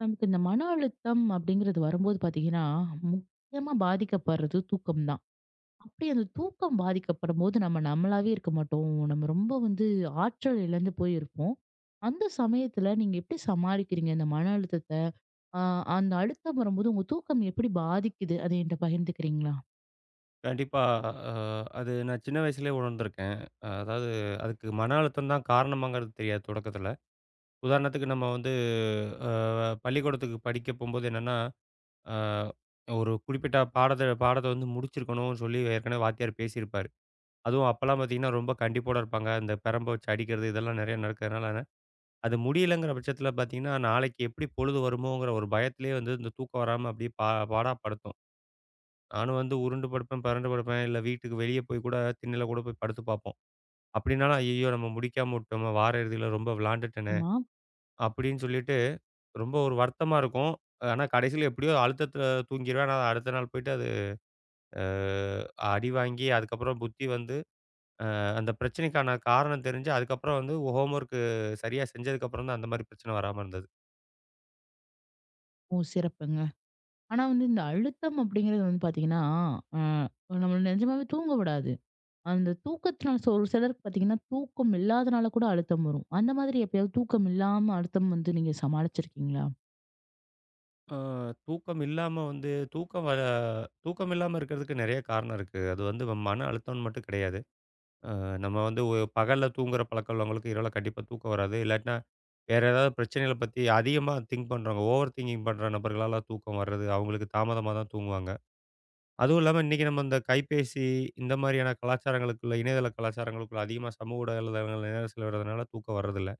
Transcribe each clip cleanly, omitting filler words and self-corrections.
நமக்கு இந்த மன அழுத்தம் அப்படிங்கிறது வரும்போது பாத்தீங்கன்னா, முக்கியமா பாதிக்கப்படுறது தூக்கம் தான். அப்படி அந்த தூக்கம் பாதிக்கப்படும்போது நம்ம நம்மளாவே இருக்க மாட்டோம். நம்ம ரொம்ப வந்து ஆற்றல் இழந்து போயிருப்போம். அந்த சமயத்துல நீங்க எப்படி சமாளிக்கிறீங்க இந்த மன அழுத்தத்த? அ அந்த அழுத்தம் வரும்போது உங்க தூக்கம் எப்படி பாதிக்குது? அத என்ட்ட பகிர்ந்துக்கிறீங்களா? கண்டிப்பா. அ அது நான் சின்ன வயசுலயே உணர்ந்திருக்கேன். அதாவது அதுக்கு மன அழுத்தம் தான் காரணமாங்கிறது தெரியாது தொடக்கத்துல. உதாரணத்துக்கு நம்ம வந்து அ பள்ளிக்கூடத்துக்கு படிக்க போம்போது என்னன்னா, அ ஒரு குறிப்பிட்ட பாடத்த பாடத்த வந்து முடிச்சிருக்கணும்னு சொல்லி ஏற்கனவே வாத்தியார் பேசியிருப்பாரு. அதுவும் அப்பலாம் பாத்தீங்கன்னா, ரொம்ப கண்டிப்போட இருப்பாங்க. இந்த பிரம்ப வச்சு அடிக்கிறது இதெல்லாம் நெறைய நடக்கிறதுனால, அது முடியலங்கிற பட்சத்துல பாத்தீங்கன்னா, நாளைக்கு எப்படி பொழுது வருமோங்கிற ஒரு பயத்திலேயே வந்து இந்த தூக்கம் வராம அப்படியே பாடா படுத்தும். நானும் வந்து உருண்டு படுப்பேன், பெரண்டு படுப்பேன். இல்ல வீட்டுக்கு வெளிய போய் கூட திண்ணையில கூட போய் படுத்து பார்ப்போம். அப்படின்னாலும், "ஐயய்யோ! நம்ம முடிக்காம விட்டோமே, வார இறுதியில ரொம்ப விளாண்டுட்டேனே!" ஆமா. அப்படின்னு சொல்லிட்டு ரொம்ப ஒரு வருத்தமா இருக்கும். ஆனா கடைசியில எப்படியோ அழுத்தத்தில தூங்கிருவேன். ஆனா அடுத்த நாள் போயிட்டு அது அ அடி வாங்கி, அதுக்கப்புறம் புத்தி வந்து அந்த பிரச்சனைக்கான காரணம் தெரிஞ்சு, அதுக்கப்புறம் வந்து ஹோம் ஒர்க்கு சரியா செஞ்சதுக்கப்புறம் தான் அந்த மாரி பிரச்சனை வராம இருந்தது. ஓ! சிறப்புங்க. ஆனா வந்து இந்த அழுத்தம் அப்படிங்கிறது வந்து பாத்தீங்கன்னா, அ நம்மள நிஜமாவே தூங்க விடாது. அந்த தூக்கத்தினால ஒரு சிலருக்கு பார்த்தீங்கன்னா, தூக்கம் இல்லாதனால கூட அழுத்தம் வரும். அந்த மாதிரி எப்பயாவது தூக்கம் இல்லாம அழுத்தம் வந்து நீங்க சமாளிச்சிருக்கீங்களா? அ தூக்கம் இல்லாம வந்து தூக்கம் வர தூக்கம் இல்லாம இருக்கிறதுக்கு நெறைய காரணம் இருக்கு. அது வந்து மன அழுத்தம்னு மட்டும் கிடையாது. அ நம்ம வந்து பகல்ல தூங்குற பழக்கம் உள்ளவங்களுக்கு இரவுல கண்டிப்பா தூக்கம் வராது. இல்லாட்டினா வேற ஏதாவது பிரச்சனைகள பத்தி அதிகமா திங்க் பண்றவங்க, ஓவர் திங்கிங் பண்ற நபர்களால தூக்கம் வர்றது, அவங்களுக்கு தாமதமா தான் தூங்குவாங்க. அதுவும் இல்லாம இன்னைக்கு நம்ம இந்த கைபேசி இந்த மாதிரியான கலாச்சாரங்களுக்குள்ள, இணையதள கலாச்சாரங்களுக்குள்ள அதிகமா சமூக ஊடகங்கள் நேரம் செலவிடுறதுனால தூக்கம் வர்றதில்ல.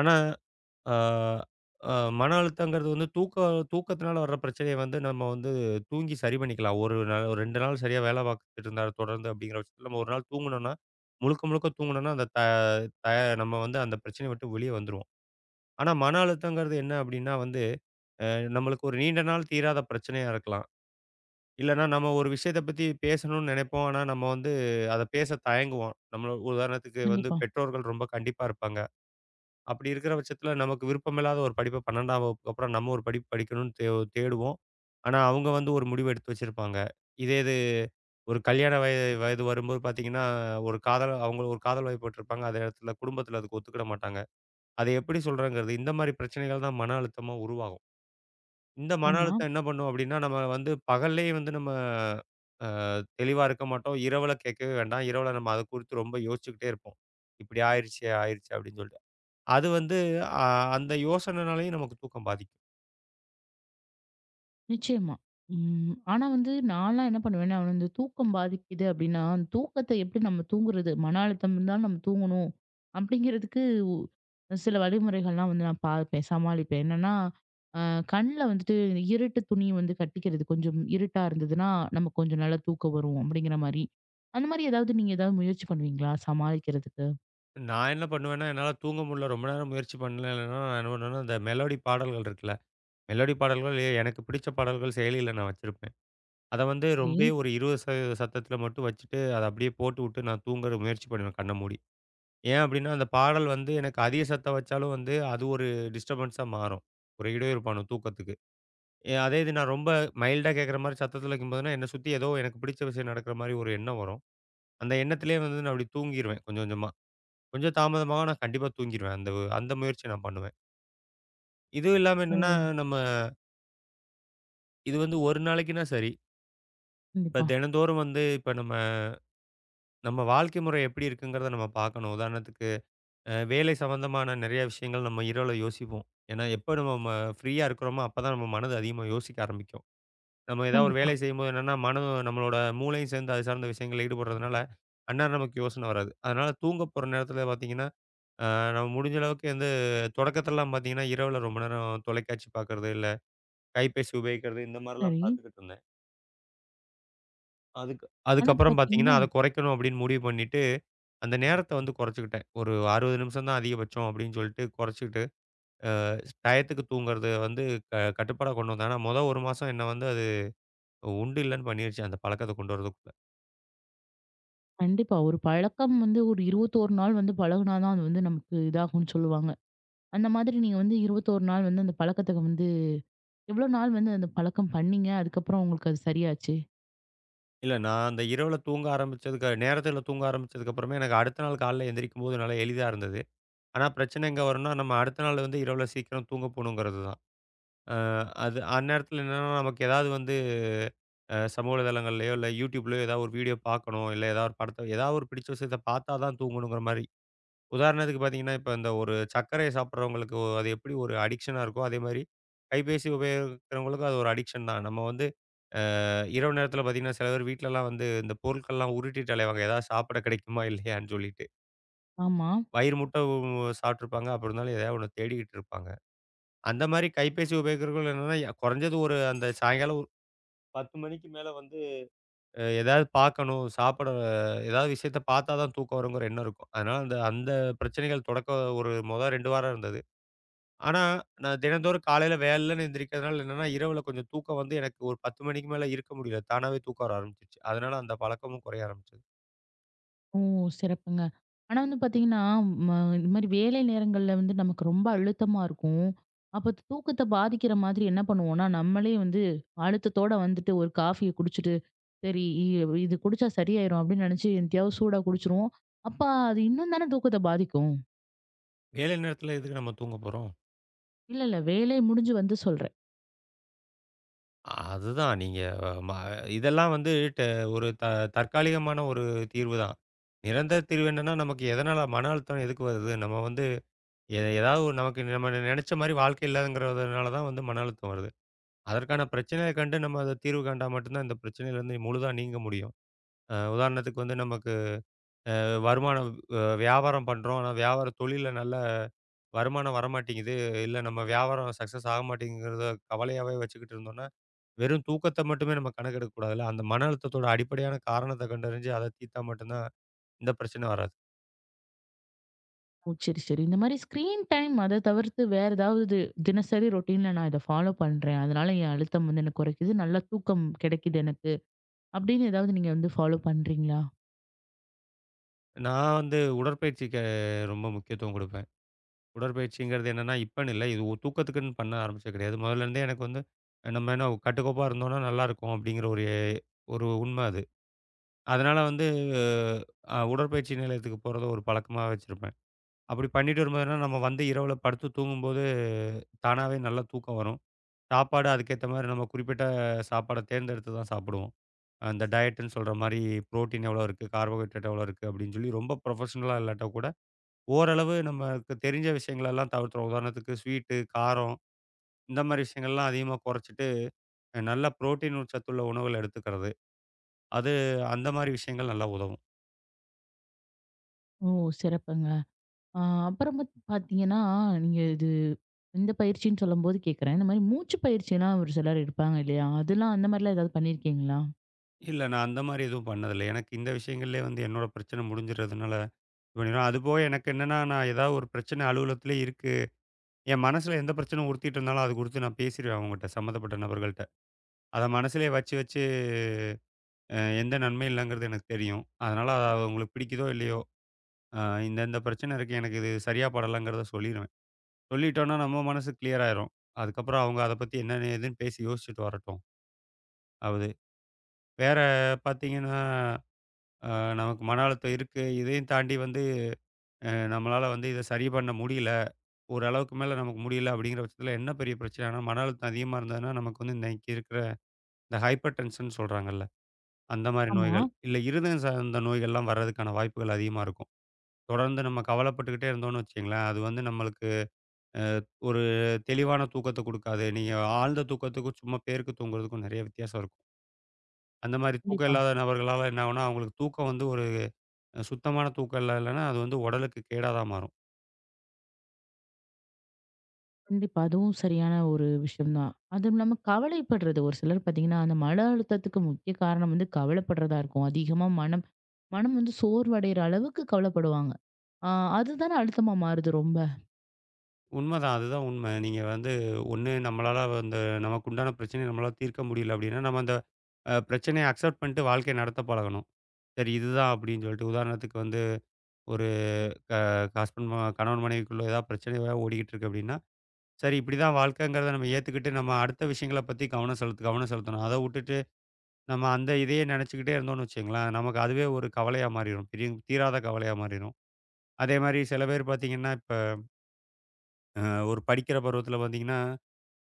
ஆனா ஆ, ஆ, மன அழுத்தங்கிறது வந்து தூக்கத்தினால வர்ற பிரச்சனைய வந்து நம்ம வந்து தூங்கி சரி பண்ணிக்கலாம். ஒரு நாள் ஒரு 2 நாள் சரியா வேலை பார்த்துட்டு இருந்தா தொடர்ந்து அப்படிங்கிற பட்சத்தில நம்ம ஒரு நாள் தூங்குனோம்னா, முழுக்க முழுக்க தூங்குனோம்னா, அந்த த த நம்ம வந்து அந்த பிரச்சனைய விட்டு வெளிய வந்துருவோம். ஆனா மன அழுத்தங்கிறது என்ன அப்படின்னா வந்து, அ நம்மளுக்கு ஒரு நீண்ட நாள் தீராத பிரச்சனையா இருக்கலாம். இல்லன்னா நம்ம ஒரு விஷயத்த பத்தி பேசணும்னு நினைப்போம். ஆனா நம்ம வந்து அத பேச தயங்குவோம். நம்மள உதாரணத்துக்கு வந்து கண்டிப்பா. பெற்றோர்கள் ரொம்ப கண்டிப்பா இருப்பாங்க. அப்படி இருக்கிற பட்சத்தில நமக்கு விருப்பமில்லாத ஒரு படிப்ப 12ஆம் வகுப்புக்கு அப்புறம் நம்ம ஒரு படிப்பு படிக்கணும்னு தேடுவோம். ஆனா, அவங்க வந்து ஒரு முடிவு எடுத்து வச்சிருப்பாங்க. இதே இது ஒரு கல்யாண வயது வரும்போது பார்த்தீங்கன்னா, ஒரு காதல் அவங்க ஒரு காதல் வயப்பட்டுருப்பாங்க. அதே இடத்துல குடும்பத்தில அதுக்கு ஒத்துக்கிட மாட்டாங்க. அத எப்படி சொல்றேங்கிறது, இந்த மாரி பிரச்சனைகள் தான் மன அழுத்தமா உருவாகும். இந்த மன ஆமா. அழுத்தம் என்ன பண்ணும் அப்படின்னா, நம்ம வந்து பகல்லேயே வந்து நம்ம அ தெளிவா இருக்க மாட்டோம். இரவுல கேட்கவே வேண்டாம். இரவுல நம்ம அத குறித்து ரொம்ப யோசிச்சுக்கிட்டே இருப்போம். இப்படி ஆயிருச்சே! ஆயிருச்சே! அப்படின்னு சொல்லிட்டு. அது வந்து அ அந்த யோசனைனாலயும் நமக்கு தூக்கம் பாதிக்கும். நிச்சயமா. ம். ஆனா வந்து நான்லாம் என்ன பண்ணுவேன்னா, வந்து தூக்கம் பாதிக்குது அப்படின்னா, அந்த தூக்கத்த எப்படி நம்ம தூங்குறது? மன அழுத்தம் இருந்தாலும் நம்ம தூங்கணும். அப்படிங்கிறதுக்கு உ சில வழிமுறைகள்லாம் வந்து நான் பார்ப்பேன், சமாளிப்பேன். என்னன்னா, அ கண்ல வந்துட்டு இருட்டு துணி வந்து கட்டிக்கிறது. கொஞ்சம் இருட்டா இருந்ததுன்னா, நமக்கு கொஞ்சம் நல்லா தூக்கம் வரும் அப்படிங்கிற மாரி. அந்த மாரி ஏதாவது நீங்க ஏதாவது முயற்சி பண்ணுவீங்களா? சமாளிக்கிறதுக்கு? நான் என்ன பண்ணுவேன்னா, என்னால தூங்க முடியல ரொம்ப நேரம் முயற்சி பண்ணலன்னா, நான் என்ன பண்ணுவேன்னா, இந்த மெலோடி பாடல்கள் இருக்குல்ல, மெலோடி பாடல்கள் எனக்கு பிடிச்ச பாடல்கள் செயலியில நான் வச்சிருப்பேன். அத வந்து சரி. ரொம்பவே ஒரு 20% சத்தத்துல மட்டும் வச்சுட்டு, அத அப்படியே போட்டுவுட்டு நான் தூங்குற முயற்சி பண்ணுவேன் கண்ண மூடி. ஏன் அப்படின்னா, அந்த பாடல் வந்து எனக்கு அதிக சத்தம் வச்சாலும் வந்து அது ஒரு டிஸ்டர்பன்ஸா மாறும். ஒரு இடையூறுப்பான தூக்கத்துக்கு. அதே இது நான் ரொம்ப மைல்டா கேட்கற மாரி சத்தத்துல வைக்கும்போதுனா, என்ன சுத்தி ஏதோ எனக்கு பிடிச்ச விஷயம் நடக்கிற மாரி ஒரு எண்ணம் வரும். அந்த எண்ணத்திலேயே வந்து நான் அப்படி தூங்கிருவேன் கொஞ்சம் கொஞ்சமா. கொஞ்சம் தாமதமா நான் கண்டிப்பா தூங்கிருவேன். அந்த அந்த முயற்சிய நான் பண்ணுவேன். இதுவும் இல்லாம ஓ! என்னன்னா, நம்ம இது வந்து ஒரு நாளைக்குன்னா சரி. இப்ப கண்டிப்பா. தினந்தோறும் வந்து இப்ப நம்ம நம்ம வாழ்க்கை முறை எப்படி இருக்குங்கிறத நம்ம பார்க்கணும். உதாரணத்துக்கு வேலை சம்மந்தமான நிறைய விஷயங்கள் நம்ம இரவுல யோசிப்போம். ஏன்னா எப்ப நம்ம ஃப்ரீயா இருக்கிறோமோ, அப்பதான் நம்ம மனது அதிகமா யோசிக்க ஆரம்பிக்கும். நம்ம ஏதாவது ஒரு கண்டிப்பா. வேலை செய்யும்போது என்னன்னா, மனதும் நம்மளோட மூளையும் சேர்ந்து அது சார்ந்த விஷயங்கள்ல ஈடுபடுறதுனால, அந்நேரம் நமக்கு யோசனை வராது. அதனால தூங்க போற நேரத்தில பார்த்தீங்கன்னா அ நம்ம முடிஞ்ச அளவுக்கு வந்து தொடக்கத்துலலாம் பார்த்தீங்கன்னா, இரவுல ரொம்ப நேரம் தொலைக்காட்சி பார்க்கறது, இல்ல கைபேசி உபயோகிக்கிறது இந்த மாரிலாம் சரி. பார்த்துக்கிட்டு இருந்தேன். அதுக்கு ஆனா அதுக்கப்புறம் பார்த்தீங்கன்னா, பார்த்தீங்கன்னா அத குறைக்கணும் அப்படின்னு முடிவு பண்ணிட்டு, அந்த நேரத்த வந்து குறைச்சுக்கிட்டேன். ஒரு 60 நிமிஷம் தான் அதிகபட்சம் அப்படின்னு சொல்லிட்டு குறைச்சுக்கிட்டு, டயத்துக்கு தூங்குறத வந்து கட்டுப்பாடா கொண்டு வந்தேன். ஆனா, 1 மாசம் என்ன வந்து அது உண்டு இல்லன்னு பண்ணிருச்சு, அந்த பழக்கத்த கொண்டு வரதுக்குள்ள. கண்டிப்பா. ஒரு பழக்கம் வந்து ஒரு 21 நாள் வந்து பழகுனா தான் அது வந்து நமக்கு இதாகும்னு சொல்லுவாங்க. அந்த மாதிரி நீங்க வந்து 21 நாள் வந்து அந்த பழக்கத்த வந்து எவ்வளோ நாள் வந்து அந்த பழக்கம் பண்ணீங்க? அதுக்கப்புறம் உங்களுக்கு அது சரியாச்சு? இல்ல நான் அந்த இரவுல தூங்க ஆரம்பிச்சதுக்கு நேரத்துல தூங்க ஆரம்பிச்சதுக்கப்புறமே எனக்கு அடுத்த நாள் காலைல எந்திரிக்கும்போது நல்லா எளிதா இருந்தது. ஆனா பிரச்சனை எங்க வரும்னா, நம்ம அடுத்த நாள் வந்து இரவுல சீக்கிரம் தூங்க போணுங்கிறது தான். அ அது அந்நேரத்துல என்னன்னா நமக்கு ஏதாவது வந்து சமூக வலைதளங்கள்லயோ, இல்ல YouTubeலயோ ஏதாவது ஒரு வீடியோ பார்க்கணும், இல்ல ஏதாவது ஒரு படத்த ஏதாவது ஒரு பிடிச்ச விஷயத்த பார்த்தா தான் தூங்கணுங்கிற மாரி. உதாரணத்துக்கு பார்த்தீங்கன்னா, இப்ப இந்த ஒரு சர்க்கரைய சாப்பிடுறவங்களுக்கு அது எப்படி ஒரு அடிக்ஷனா இருக்கோ, அதே மாரி கைபேசி உபயோகிக்கிறவங்களுக்கும் அது ஒரு அடிக்ஷன் தான். நம்ம வந்து இரவு நேரத்துல பார்த்தீங்கன்னா, சில பேர் வீட்லலாம் வந்து இந்த பொருட்கள்லாம் உருட்டிட்டு அலைவாங்க. ஏதாவது சாப்பிட கிடைக்குமா இல்லையான்னு சொல்லிட்டு. ஆமா. வயிறு முட்ட சாப்பிட்டுருப்பாங்க. அப்படி இருந்தாலும் எதையாவது ஒண்ணு தேடிக்கிட்டு இருப்பாங்க. அந்த மாரி கைபேசி உபயோகிக்கிறவர்கள் என்னன்னா, குறைஞ்சது ஒரு அந்த சாயங்காலம் ஒரு 10 மணிக்கு மேல வந்து ஏதாவது பார்க்கணும், சாப்பிட ஏதாவது விஷயத்த பார்த்தா தான் தூக்கம் வருங்கிற எண்ணம் இருக்கும். அதனால அந்த அந்த பிரச்சனைகள் ஒரு 2 வாரம் இருந்தது. ஆனா, நான் தினந்தோறும் காலையில வேலைன்னு எந்திரிக்கிறதுனால என்னன்னா, இரவுல கொஞ்சம் தூக்கம் வந்து எனக்கு ஒரு 10 மணிக்கு மேல இருக்க முடியல. தானாவே தூக்கம் வர ஆரம்பிச்சுருச்சு. அதனால அந்த பழக்கமும் குறைய ஆரம்பிச்சது. ஓ! சிறப்புங்க. ஆனா வந்து பார்த்தீங்கன்னா, ம இந்த மாரி வேலை நேரங்கள்ல வந்து நமக்கு ரொம்ப அழுத்தமா இருக்கும். அப்ப தூக்கத்த பாதிக்கிற மாதிரி என்ன பண்ணுவோம்னா, நம்மளே வந்து அழுத்தத்தோட வந்துட்டு ஒரு காஃபிய குடிச்சிட்டு, சரி இது குடிச்சா சரியாயிரும் அப்படின்னு நெனச்சு, என்னத்தையாவது சூடா குடிச்சுருவோம். அப்ப அது இன்னும் தானே தூக்கத்த பாதிக்கும். வேலை நேரத்தில எதுக்கு நம்ம தூங்க போறோம்? இல்ல, இல்ல. வேலை முடிஞ்சு வந்து சொல்றேன். அதுதான் நீங்க ம இதெல்லாம் வந்து ட ஒரு தற்காலிகமான ஒரு தீர்வு தான். நிரந்தர தீர்வு என்னன்னா, நமக்கு எதனால மன அழுத்தம் எதுக்கு வருது? நம்ம வந்து ஏதாவது ஒரு நமக்கு நம்ம நெனைச்ச மாரி வாழ்க்கை இல்லங்கிறதுனால தான் வந்து மன அழுத்தம் வருது. அதற்கான பிரச்சனைய கண்டு நம்ம அத தீர்வு கண்டா மட்டும் தான் இந்த பிரச்சனையிலேருந்து முழுதா நீங்க முடியும். உதாரணத்துக்கு வந்து நமக்கு வருமானம் வியாபாரம் பண்றோம். ஆனா வியாபார தொழில்ல நல்ல வருமானம் வரமாட்டேங்குது. இல்ல நம்ம வியாபாரம் சக்சஸ் ஆக மாட்டேங்குங்கிறத கவலையாவே வச்சுக்கிட்டு இருந்தோம்னா வெறும் தூக்கத்த மட்டுமே நம்ம கணக்கெடுக்கக் கூடாதுல்ல. அந்த மன அழுத்தத்தோட அடிப்படையான காரணத்த கண்டறிஞ்சு, அத தீர்த்தா மட்டும்தான் இந்த பிரச்சனை வராது. ஓ! சரி, சரி. இந்த மாரி ஸ்க்ரீன் டைம் அத தவிர்த்து வேற ஏதாவது தினசரி ரொட்டீன்ல நான் இத ஃபாலோ பண்றேன். அதனால என் அழுத்தம் வந்து எனக்கு குறைக்குது. நல்லா தூக்கம் கிடைக்குது எனக்கு. அப்படின்னு ஏதாவது நீங்க வந்து ஃபாலோ பண்றீங்களா? நான் வந்து உடற்பயிற்சிக்கு ரொம்ப முக்கியத்துவம் குடுப்பேன். உடற்பயிற்சிங்கிறது என்னன்னா, இப்பன்னு இல்ல. இது ஒரு தூக்கத்துக்குன்னு பண்ண ஆரம்பிச்சது கிடையாது. முதல்ல இருந்தே எனக்கு வந்து நம்ம என்ன கட்டுக்கோப்பா இருந்தோம்னா நல்லாருக்கும் அப்படிங்கிற ஒரு ஒரு உண்மை அது. அதனால வந்து உடற்பயிற்சி நிலையத்துக்கு போறத ஒரு பழக்கமா வச்சிருப்பேன். அப்படி பண்ணிட்டு வரும்போது என்னன்னா, நம்ம வந்து இரவுல படுத்து தூங்கும்போது தானாவே நல்லா தூக்கம் வரும். சாப்பாடு அதுக்கேத்த மாரி நம்ம குறிப்பிட்ட சாப்பாட தேர்ந்தெடுத்து தான் சாப்பிடுவோம். அந்த டயட்டுன்னு சொல்ற மாரி புரோட்டீன் எவ்வளோ இருக்கு? கார்போஹைட்ரேட் எவ்வளோ இருக்கு? அப்படின்னு சொல்லி ரொம்ப ப்ரொஃபஷனலா இல்லாட்டா கூட, ஓரளவு நமக்கு தெரிஞ்ச விஷயங்களெல்லாம் தவிர்த்துறோம். உதாரணத்துக்கு ஸ்வீட்டு, காரம் இந்த மாரி விஷயங்கள்லாம் அதிகமா குறைச்சிட்டு, நல்ல புரோட்டீன் சத்துள்ள உணவுகள் எடுத்துக்கிறது. அது அந்த மாரி விஷயங்கள் நல்லா உதவும். ஓ! சிறப்புங்க. ஆ அப்புறம் பார்த்தீங்கன்னா, நீங்க இது இந்த பயிற்சின்னு சொல்லும்போது கேட்கிறேன். இந்த மாரி மூச்சு பயிற்சிலாம் ஒரு சிலர் எடுப்பாங்க இல்லையா? அதெல்லாம் அந்த மாரிலாம் ஏதாவது பண்ணியிருக்கீங்களா? இல்ல நான் அந்த மாரி எதுவும் பண்ணதில்ல. எனக்கு இந்த விஷயங்கள்லயே வந்து என்னோட பிரச்சனை முடிஞ்சிடுறதுனால இது பண்ணிருவேன். அதுபோக எனக்கு என்னன்னா, நான் ஏதாவது ஒரு பிரச்சனை அலுவலகத்திலே இருக்கு. என் மனசுல எந்த பிரச்சனை உறுத்திட்டு இருந்தாலும், அது குறித்து நான் பேசிருவேன் அவங்கட்ட, சம்மந்தப்பட்ட நபர்கள்ட்ட. அத மனசுலயே வச்சு வச்சு எந்த நன்மையும் இல்லங்கிறது எனக்கு தெரியும். அதனால அது அவங்களுக்கு பிடிக்குதோ! இல்லையோ! அ இந்த இந்த பிரச்சனை இருக்கு. எனக்கு இது சரியா படலங்கிறத சொல்லிருவேன். சொல்லிட்டோன்னா நம்ம மனசு கிளியர் ஆயிரும். அதுக்கப்புறம் அவங்க அத பத்தி என்ன ஏதுன்னு பேசி யோசிச்சுட்டு வரட்டும். அது வேற பார்த்தீங்கன்னா, அ நமக்கு மன அழுத்தம் இருக்கு. இதையும் தாண்டி வந்து நம்மளால வந்து இத சரி பண்ண முடியல. ஓரளவுக்கு மேல நமக்கு முடியல அப்படிங்கிற பட்சத்தில என்ன பெரிய பிரச்சனைனா, மன அழுத்தம் அதிகமா இருந்ததுன்னா, நமக்கு வந்து இன்னைக்கு இருக்கிற இந்த ஹைப்பர் டென்ஷன் சொல்றாங்கல்ல. அந்த மாரி ஆமா. நோய்கள், இல்ல இருதயம் சார்ந்த நோய்கள்லாம் வர்றதுக்கான வாய்ப்புகள் அதிகமா இருக்கும். தொடர்ந்து நம்ம கவலைப்பட்டுக்கிட்டே இருந்தோம்னு வச்சுக்கங்களேன், அது வந்து நம்மளுக்கு அ ஒரு தெளிவான தூக்கத்த குடுக்காது. நீங்க ஆழ்ந்த தூக்கத்துக்கும், சும்மா பேருக்கு தூங்குறதுக்கும் நெறைய வித்தியாசம் இருக்கும். அந்த மாரி தூக்கம் கண்டிப்பா. இல்லாத நபர்களால என்ன ஆகும்னா, அவங்களுக்கு தூக்கம் வந்து ஒரு சுத்தமான தூக்கம் இல்லன்னா, அது வந்து உடலுக்கு கேடா தான் மாறும். கண்டிப்பா. அதுவும் சரியான ஒரு விஷயம் தான். அதுவும் இல்லாம கவலைப்படுறது ஒரு சிலர் பார்த்தீங்கன்னா, அந்த மன அழுத்தத்துக்கு முக்கிய காரணம் வந்து கவலைப்படுறதா இருக்கும். அதிகமா மனம் மனம் வந்து சோர்வடைற அளவுக்கு கவலைப்படுவாங்க. ஆ அதுதானே அழுத்தமா மாறுது ரொம்ப. உண்மதான். அதுதான் உண்ம. நீங்க வந்து ஒண்ணு நம்மளால வந்து நமக்கு உண்டான பிரச்சனைய நம்மளால தீர்க்க முடியல அப்டின்னா, நம்ம அந்த பிரச்சனைய அக்செப்ட் பண்ணிட்டு வாழ்க்கைய நடத்த பழகணும். சரி இதுதான் அப்டின்னு சொல்லிட்டு, உதாரணத்துக்கு வந்து ஒரு ஹஸ்பண்ட் ம கணவன் மனைவிக்குள்ள ஏதாவது பிரச்சனையா ஓடிக்கிட்டு இருக்கு அப்டின்னா சரி இப்படிதான் வாழ்க்கைங்கிறத நம்ம ஏத்துக்கிட்டு, நம்ம அடுத்த விஷயங்கள பத்தி கவனம் செலுத்தணும். அத வுட்டுட்டு, நம்ம அந்த இதையே நினைச்சுக்கிட்டே இருந்தோம்னு வச்சுக்கங்களேன், நமக்கு அதுவே ஒரு கவலையா மாறிரும். பெரிய தீராத கவலையா மாறிரும். அதே மாரி சில பேர் பார்த்தீங்கன்னா, இப்ப அ ஒரு படிக்கிற பருவத்தில பார்த்தீங்கன்னா,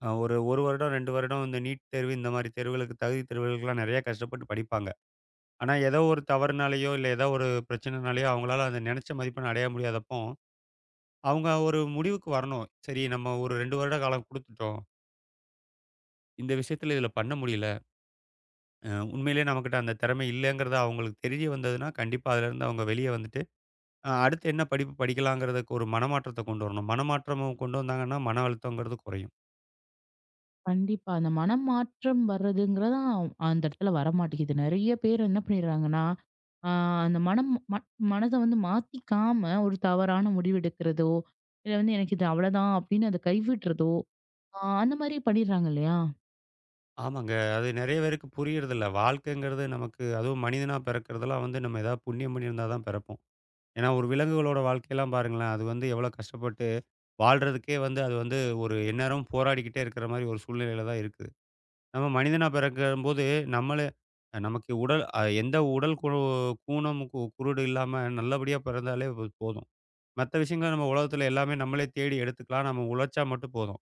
ஒரு 1 வருடம், 2 வருடம் இந்த நீட் தேர்வு இந்த மாரி தேர்வுகளுக்கு, தகுதி தேர்வுகளுக்கெல்லாம் நிறைய கஷ்டப்பட்டு படிப்பாங்க. ஆனா ஏதோ ஒரு தவறுனாலயோ, இல்ல ஏதோ ஒரு பிரச்சனைனாலயோ அவங்களால அந்த நினைச்ச மதிப்பெண் அடைய முடியாதப்போ, அவங்க ஒரு முடிவுக்கு வரணும். சரி நம்ம ஒரு 2 வருட காலம் குடுத்துட்டோம். இந்த விஷயத்தில இதில பண்ண முடியல. உண்மையிலேயே நம்மகிட்ட அந்த திறமை இல்லங்கிறது அவங்களுக்கு தெரிய வந்ததுன்னா, கண்டிப்பா அதுலேருந்து அவங்க வெளிய வந்துட்டு, அடுத்து என்ன படிப்பு படிக்கலாங்கிறதுக்கு ஒரு மனமாற்றத்த கொண்டு வரணும். மனமாற்றமும் கொண்டு வந்தாங்கன்னா, மன அழுத்தங்கிறது குறையும். கண்டிப்பா. அந்த மனம் மாற்றம் வர்றதுங்கிறதான் அந்த இடத்துல வரமாட்டேங்குது. நெறைய பேர் என்ன பண்ணிடுறாங்கன்னா, ஆ அந்த மனம் ம மனத வந்து மாத்திக்காம ஒரு தவறான முடிவு எடுக்கிறதோ, இல்ல வந்து எனக்கு இது அவ்வளதான் அப்படின்னு அத கைவிட்றதோ, அந்த மாரி பண்ணிடுறாங்க இல்லையா? ஆமாங்க. அது நெறைய பேருக்கு புரியறதில்ல. வாழ்க்கைங்கிறது நமக்கு அதுவும் மனிதனா பிறக்கிறதெல்லாம் வந்து நம்ம ஏதாவது புண்ணியம் பண்ணியிருந்தா தான் பிறப்போம். ஏன்னா ஒரு விலங்குகளோட வாழ்க்கையெல்லாம் பாருங்களேன், அது வந்து எவ்வளோ கஷ்டப்பட்டு வாழ்றதுக்கே வந்து அது வந்து ஒரு எந்நேரமும் போராடிக்கிட்டே இருக்கிற மாரி ஒரு சூழ்நிலையில தான் இருக்கு. நம்ம மனிதனா பிறக்கும்போது நம்மளே நமக்கு உடல் எந்த உடல் ஊனம், குருடு இல்லாம நல்லபடியா பிறந்தாலே போதும். மத்த விஷயங்கள நம்ம உலகத்துல எல்லாமே நம்மளே தேடி எடுத்துக்கலாம். நம்ம உழைச்சா மட்டும் போதும்.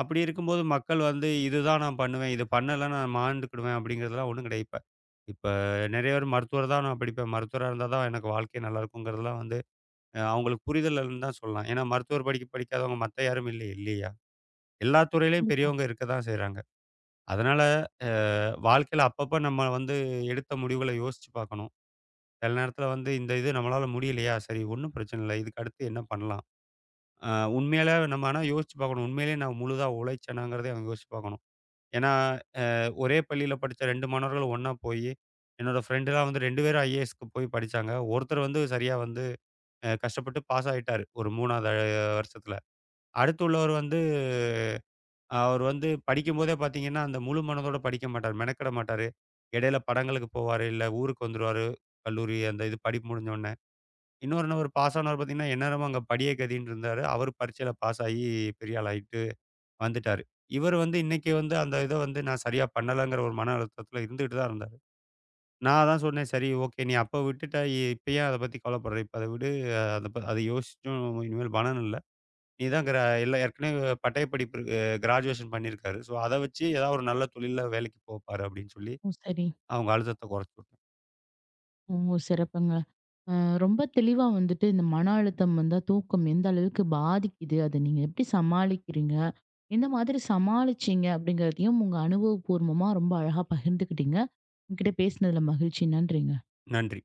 அப்படி இருக்கும்போது மக்கள் வந்து இதுதான் நான் பண்ணுவேன். இது பண்ணலன்னா நான் மாண்டுக்கிடுவேன் அப்படிங்கிறதெல்லாம் ஒண்ணும் கிடையாது. இப்ப இப்ப நெறைய பேர் மருத்துவர் தான் நான் படிப்பேன். மருத்துவரா இருந்தா தான் எனக்கு வாழ்க்கை நல்லாயிருக்குங்கிறதெல்லாம் வந்து அவங்களுக்கு புரிதல் இல்லன்னு தான் சொல்லலாம். ஏன்னா மருத்துவர் படிக்காதவங்க மத்த யாரும் இல்லை இல்லையா? எல்லா துறையிலயும் ம். பெரியவங்க இருக்க தான் செய்றாங்க. அதனால, அ வாழ்க்கையில அப்பப்ப நம்ம வந்து எடுத்த முடிவுகள யோசிச்சு பார்க்கணும். சில நேரத்தில வந்து இந்த இது நம்மளால முடியலையா? சரி ஒண்ணும் பிரச்சனை இல்ல. இதுக்கு அடுத்து என்ன பண்ணலாம்? அ உண்மையில நம்ம ஆனா யோசிச்சு பார்க்கணும். உண்மையிலேயே நான் முழுதா உழைச்சேனாங்கிறதையும் அவங்க யோசிச்சு பார்க்கணும். ஏன்னா, அ ஒரே பள்ளியில படிச்ச 2 மாணவர்கள் ஒண்ணா போயி, என்னோட ஃப்ரெண்டுலாம் வந்து 2 பேரும் IASக்கு போய் படிச்சாங்க. ஒருத்தர் வந்து சரியா வந்து கஷ்டப்பட்டு பாஸ் ஆயிட்டாரு. ஒரு 3வது வருஷத்தில. அடுத்து உள்ளவர் வந்து அவர் வந்து படிக்கும்போதே பார்த்தீங்கன்னா, அந்த முழு மனதோட படிக்க மாட்டாரு. மெனக்கெட மாட்டாரு. இடையில படங்களுக்கு போவாரு, இல்ல ஊருக்கு வந்துருவாரு. கல்லூரி அந்த இது படிப்பு முடிஞ்ச உடனே. இன்னொரு என்ன ஒரு பாஸ் ஆனவர் பார்த்தீங்கன்னா, எந்நேரமும் அங்க படியே கதின்னு இருந்தாரு. அவரு பரீட்சையில பாஸ் ஆகி பெரிய ஆளாயிட்டு வந்துட்டாரு. இவர் வந்து இன்னைக்கு வந்து அந்த இத வந்து நான் சரியா பண்ணலங்கிற ஒரு மன அழுத்தத்தில இருந்துகிட்டு தான் இருந்தாரு. நான் அதான் சொன்னேன், "சரி ஓகே, நீ அப்ப விட்டுட்ட. இப்ப ஏன் அத பத்தி கவலைப்படுற? இப்ப அத விடு. அத அத யோசிச்சும் இனிமேல் பலன் இல்ல." இதான் கிர இல்ல ஏற்கனவே பட்டய படிப்பு இருக்கு. கிராஜுவேஷன் பண்ணியிருக்காரு. ஸோ, அத வச்சு ஏதாவது ஒரு நல்ல தொழில்ல வேலைக்கு போப்பாரு அப்படின்னு சொல்லி சரி. அவங்க அழுத்தத்த குறைச்சு விட்டேன். ஓ! சிறப்புங்க. அ ரொம்ப தெளிவா வந்துட்டு இந்த மன அழுத்தம் வந்தா தூக்கம் எந்த அளவுக்கு பாதிக்குது? அத நீங்க எப்படி சமாளிக்கிறீங்க? எந்த மாதிரி சமாளிச்சீங்க? அப்படிங்கிறதையும் உங்க அனுபவபூர்வமா ரொம்ப அழகா பகிர்ந்துக்கிட்டீங்க. உங்ககிட்ட பேசினதுல மகிழ்ச்சி. நன்றிங்க. நன்றி.